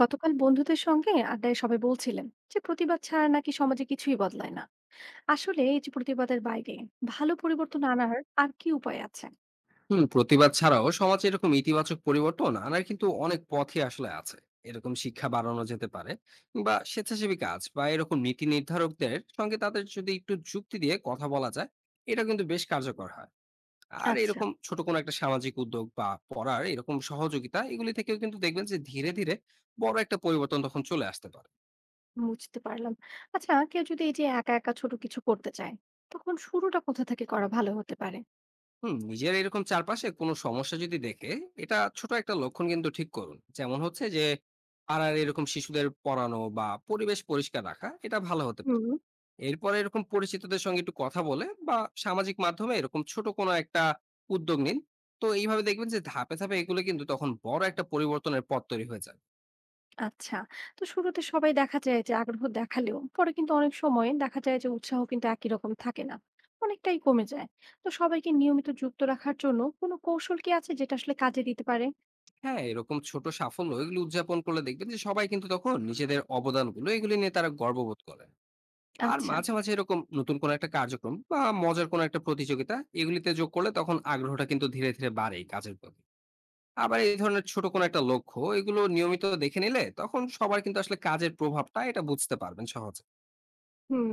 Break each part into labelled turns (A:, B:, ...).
A: গতকাল বন্ধুদের সঙ্গে আড্ডায় সবাই বলছিলেন যে প্রতিবাদ ছাড়া নাকি সমাজে কিছুই বদলায় না। আসলে এই যে প্রতিবাদের বাইরে ভালো পরিবর্তন আনার আর কি উপায় আছে?
B: হুম। প্রতিবাদ ছাড়াও সমাজে এরকম ইতিবাচক পরিবর্তন আনার কিন্তু অনেক পথই আসলে আছে। এরকম শিক্ষা বাড়ানো যেতে পারে, বা স্বেচ্ছাসেবী কাজ, বা এরকম নীতি নির্ধারকদের সঙ্গে তাদের যদি একটু যুক্তি দিয়ে কথা বলা যায়, এটা কিন্তু বেশ কার্যকর হয়। আর
A: আচ্ছা,
B: এরকম ছোট কোনো একটা সামাজিক উদ্যোগ বা পড়ার এরকম সহযোগিতা, এগুলি থেকেও কিন্তু দেখবেন যে ধীরে ধীরে বড় একটা পরিবর্তন তখন চলে আসতে পারে।
A: বুঝতে পারলাম। আচ্ছা, কেউ যদি এই যে একা একা ছোট কিছু করতে চায়, তখন শুরুটা কোথা থেকে করা ভালো হতে পারে?
B: হুম, নিজের এরকম চারপাশে কোনো সমস্যা যদি দেখে, এটা ছোট একটা লক্ষণ কিন্তু ঠিক করুন। যেমন হচ্ছে যে পাড়ার এরকম শিশুদের পড়ানো বা পরিবেশ পরিষ্কার রাখা, এটা ভালো হতে পারে।
A: হুম।
B: এরপরে এরকম পরিচিতদের সঙ্গে একটু কথা বলে বা সামাজিক মাধ্যমে এরকম ছোট কোনো একটা উদ্যোগ নিন। তো এইভাবে দেখবেন যে ধাপে ধাপে এগুলো কিন্তু তখন বড় একটা পরিবর্তনের পথ তৈরি হয়ে যায়।
A: আচ্ছা। তো শুরুতে সবাই দেখা যায় যে আগ্রহ দেখালেও পরে কিন্তু অনেক সময় দেখা যায় যে উৎসাহ কিন্তু একই রকম থাকে না, অনেকটাই কমে যায়। তো সবাইকে নিয়মিত যুক্ত রাখার জন্য কোনো কৌশল কি আছে যেটা আসলে কাজে দিতে পারে?
B: হ্যাঁ, এরকম ছোট সাফল্য এগুলো উদযাপন করলে দেখবেন যে সবাই কিন্তু তখন নিজেদের অবদানগুলো এগুলি নিয়ে তারা গর্ববোধ করে। আর
A: আচ্ছা।
B: মাঝে, মাঝে এরকম নতুন কোনো একটা কার্যক্রম বা মজার কোনো একটা প্রতিযোগিতা এগুলিতে যোগ করলে তখন আগ্রহটা কিন্তু ধীরে, ধীরে বাড়ে এই কাজের প্রতি। আবার এই ধরনের ছোট কোনো একটা লক্ষ্য এগুলো নিয়মিত দেখে নিলে তখন সবার কিন্তু আসলে কাজের প্রভাবটা এটা বুঝতে পারবেন সহজে।
A: হুম।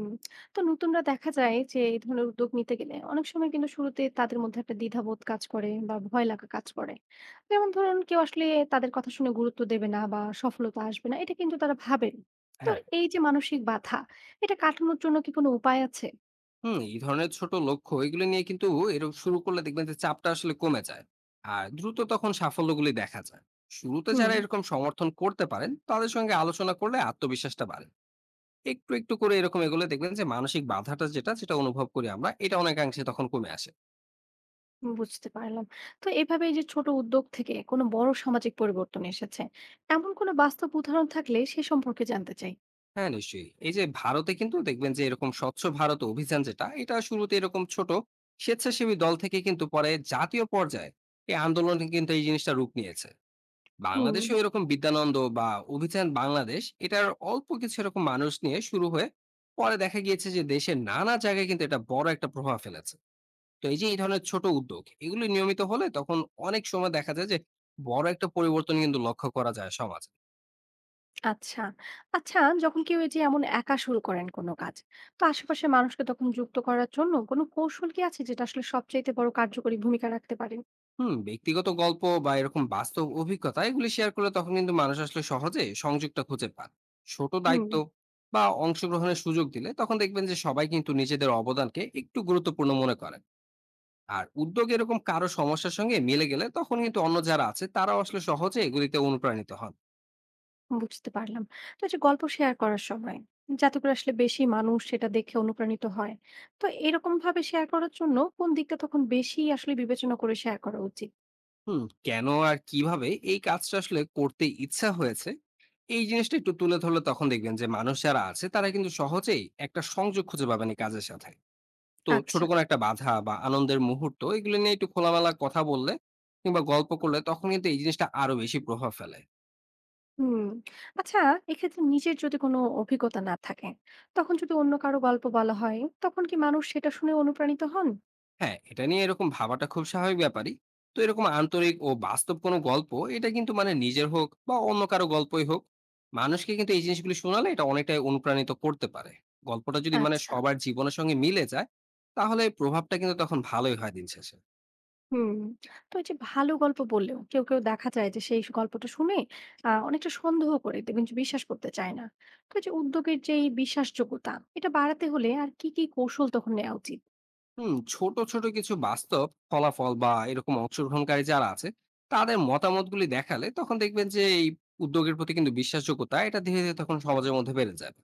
A: তো নতুনরা দেখা যায় যে এই ধরনের উদ্যোগ নিতে গেলে অনেক সময় কিন্তু শুরুতে তাদের মধ্যে একটা দ্বিধাবোধ কাজ করে বা ভয় লাগা কাজ করে। যেমন ধরুন কেউ আসলে তাদের কথা শুনে গুরুত্ব দেবে না বা সফলতা আসবে না এটা কিন্তু তারা ভাবেন। তো
B: হ্যাঁ।
A: এই যে মানসিক বাধা এটা কাটানোর জন্য কি কোনো উপায় আছে?
B: হুম, এই ধরনের ছোট লক্ষ্য এগুলো নিয়ে কিন্তু এরকম শুরু করলে দেখবেন যে চাপটা আসলে কমে যায়। আর দ্রুত তখন সাফল্যগুলি দেখা যায়। শুরুতে
A: হুম,
B: যারা এরকম সমর্থন করতে পারেন তাদের সঙ্গে আলোচনা করলে আত্মবিশ্বাসটা বাড়ে। একটু, একটু করে এরকম এগুলো দেখবেন যে মানসিক বাধাটা যেটা, সেটা অনুভব করি আমরা, এটা অনেকাংশে তখন কমে আসে।
A: বুঝতে পারলাম। তো এভাবে এই যে ছোট উদ্যোগ থেকে কোনো বড় সামাজিক পরিবর্তন এসেছে, এমন কোনো বাস্তব উদাহরণ থাকলে সে সম্পর্কে জানতে চাই।
B: হ্যাঁ, নিশ্চয়ই। এই যে ভারতে কিন্তু দেখবেন যে এরকম স্বচ্ছ ভারত অভিযান যেটা, এটা শুরুতে এরকম ছোট স্বেচ্ছাসেবী দল থেকে কিন্তু পরে জাতীয় পর্যায়ে এই আন্দোলনে কিন্তু এই জিনিসটা রূপ নিয়েছে।
A: হুম।
B: বাংলাদেশেও এরকম বিদ্যানন্দ বা অভিযান বাংলাদেশ, এটার অল্প কিছু এরকম মানুষ নিয়ে শুরু হয়ে পরে দেখা গিয়েছে যে দেশের নানা জায়গায় কিন্তু এটা বড় একটা প্রভাব ফেলেছে। তো এই যে এই ধরনের ছোট উদ্যোগ এগুলি নিয়মিত হলে তখন অনেক সময় দেখা যায় যে বড় একটা পরিবর্তন কিন্তু লক্ষ্য করা যায় সমাজে।
A: আচ্ছা। আচ্ছা, যখন কেউ এই যে এমন একা শুরু করেন কোনো কাজ, তো আশেপাশের মানুষকে তখন যুক্ত করার জন্য কোনো কৌশল কি আছে যেটা আসলে সবচাইতে বড় কার্যকরী ভূমিকা রাখতে পারে?
B: হুম, ব্যক্তিগত গল্প বা এরকম বাস্তব অভিজ্ঞতা এগুলি শেয়ার করলে তখন কিন্তু মানুষ আসলে সহজে সংযোগটা খুঁজে পান। ছোট
A: হুম,
B: দায়িত্ব বা অংশগ্রহণের সুযোগ দিলে তখন দেখবেন যে সবাই কিন্তু নিজেদের অবদানকে একটু গুরুত্বপূর্ণ মনে করেন। আর উদ্যোগ এরকম কারো সমস্যার সঙ্গে মিলে গেলে তখন কিন্তু অন্য যারা আছে তারাও আসলে সহজে এগুলিতে অনুপ্রাণিত হন।
A: বুঝতে পারলাম। তো এই যে গল্প শেয়ার করার সময় যাতে করে আসলে বেশি মানুষ সেটা দেখে অনুপ্রাণিত হয়, তো এরকম ভাবে শেয়ার করার জন্য কোন দিকটা তখন বেশি আসলে বিবেচনা করে শেয়ার করা উচিত?
B: হুম, কেন আর কিভাবে এই কাজটা আসলে করতে ইচ্ছা হয়েছে, এই জিনিসটা একটু তুলে ধরলে তখন দেখবেন যে মানুষ যারা আছে তারা কিন্তু সহজেই একটা সংযোগ খুঁজে পাবেন এই কাজের সাথে। তো ছোট
A: আচ্ছা।
B: কোনো একটা বাধা বা আনন্দের মুহূর্ত এগুলো নিয়ে একটু খোলামেলা কথা বললে কিংবা গল্প করলে তখন কিন্তু এই জিনিসটা আরো বেশি প্রভাব ফেলে।
A: হুম। আচ্ছা, এক্ষেত্রে নিজের যদি কোনো অভিজ্ঞতা না থাকে, তখন যদি অন্য কারো গল্প বলা হয়, তখন কি মানুষ সেটা শুনে অনুপ্রাণিত হন?
B: হ্যাঁ, এটা নিয়ে এরকম ভাবাটা খুব স্বাভাবিক ব্যাপারই। তো এরকম আন্তরিক ও বাস্তব কোনো গল্প, এটা কিন্তু মানে নিজের হোক বা অন্য কারো গল্পই হোক, মানুষকে কিন্তু এই জিনিসগুলো শোনালে এটা অনেকটাই অনুপ্রাণিত করতে পারে। গল্পটা যদি মানে
A: আচ্ছা।
B: সবার জীবনের সঙ্গে মিলে যায়, তাহলে প্রভাবটা কিন্তু তখন ভালোই হয় দিন শেষে।
A: হুম। তো এই যে ভালো গল্প বললেও কেউ, কেউ দেখা যায় যে সেই গল্পটা শুনে অনেকটা সন্দেহ করে দেখবেন যে বিশ্বাস করতে চায় না। তো এই যে উদ্যোগের যে এই বিশ্বাসযোগ্যতা এটা বাড়াতে হলে আর কি কৌশল তখন নেওয়া উচিত?
B: হুম, ছোট ছোট কিছু বাস্তব ফলাফল বা এরকম অংশগ্রহণকারী যারা আছে তাদের মতামতগুলি দেখালে তখন দেখবেন যে এই উদ্যোগের প্রতি কিন্তু বিশ্বাসযোগ্যতা এটা ধীরে ধীরে তখন সমাজের মধ্যে বেড়ে যাবে।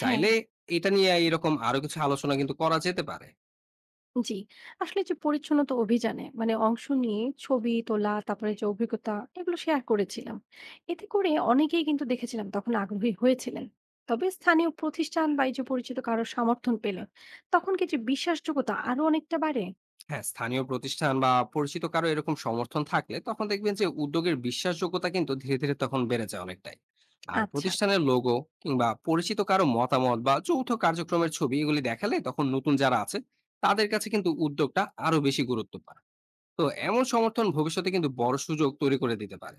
A: হ্যাঁ।
B: চাইলে এটা নিয়ে এরকম আরো কিছু আলোচনা কিন্তু করা যেতে পারে।
A: জি। আসলে যে পরিচ্ছন্নতা অভিযানে মানে অংশ নিয়ে ছবি তোলা, তারপরে যে অভিজ্ঞতা এগুলো শেয়ার করেছিলাম। এতে করে অনেকেই কিন্তু দেখেছিলাম তখন আগ্রহী হয়েছিলেন। তবে স্থানীয় প্রতিষ্ঠান বা এই যে পরিচিত কারো সমর্থন পেলে তখন কি যে বিশ্বাসযোগ্যতা আরো অনেকটা বাড়ে?
B: হ্যাঁ, স্থানীয় প্রতিষ্ঠান বা পরিচিত কারো এরকম সমর্থন থাকলে তখন দেখবেন যে উদ্যোগের বিশ্বাসযোগ্যতা কিন্তু ধীরে ধীরে তখন বেড়ে যায় অনেকটাই। আর
A: আচ্ছা।
B: প্রতিষ্ঠানের লোগো কিংবা পরিচিত কারো মতামত বা যৌথ কার্যক্রমের ছবি এগুলি দেখালে তখন নতুন যারা আছে তাদের কাছে কিন্তু উদ্যোগটা আরো বেশি গুরুত্ব পায়। তো এমন সমর্থন ভবিষ্যতে কিন্তু বড় সুযোগ তৈরি করে দিতে পারে।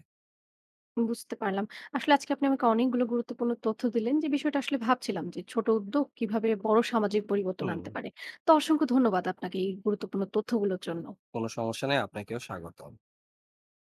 A: বুঝতে পারলাম। আসলে আজকে আপনি আমাকে অনেকগুলো গুরুত্বপূর্ণ তথ্য দিলেন যে বিষয়টা আসলে ভাবছিলাম যে ছোট উদ্যোগ কিভাবে বড় সামাজিক পরিবর্তন
B: হুম,
A: আনতে পারে। তো অসংখ্য ধন্যবাদ আপনাকে এই গুরুত্বপূর্ণ তথ্যগুলোর জন্য।
B: কোনো সমস্যা নেই। আপনাকেও স্বাগত।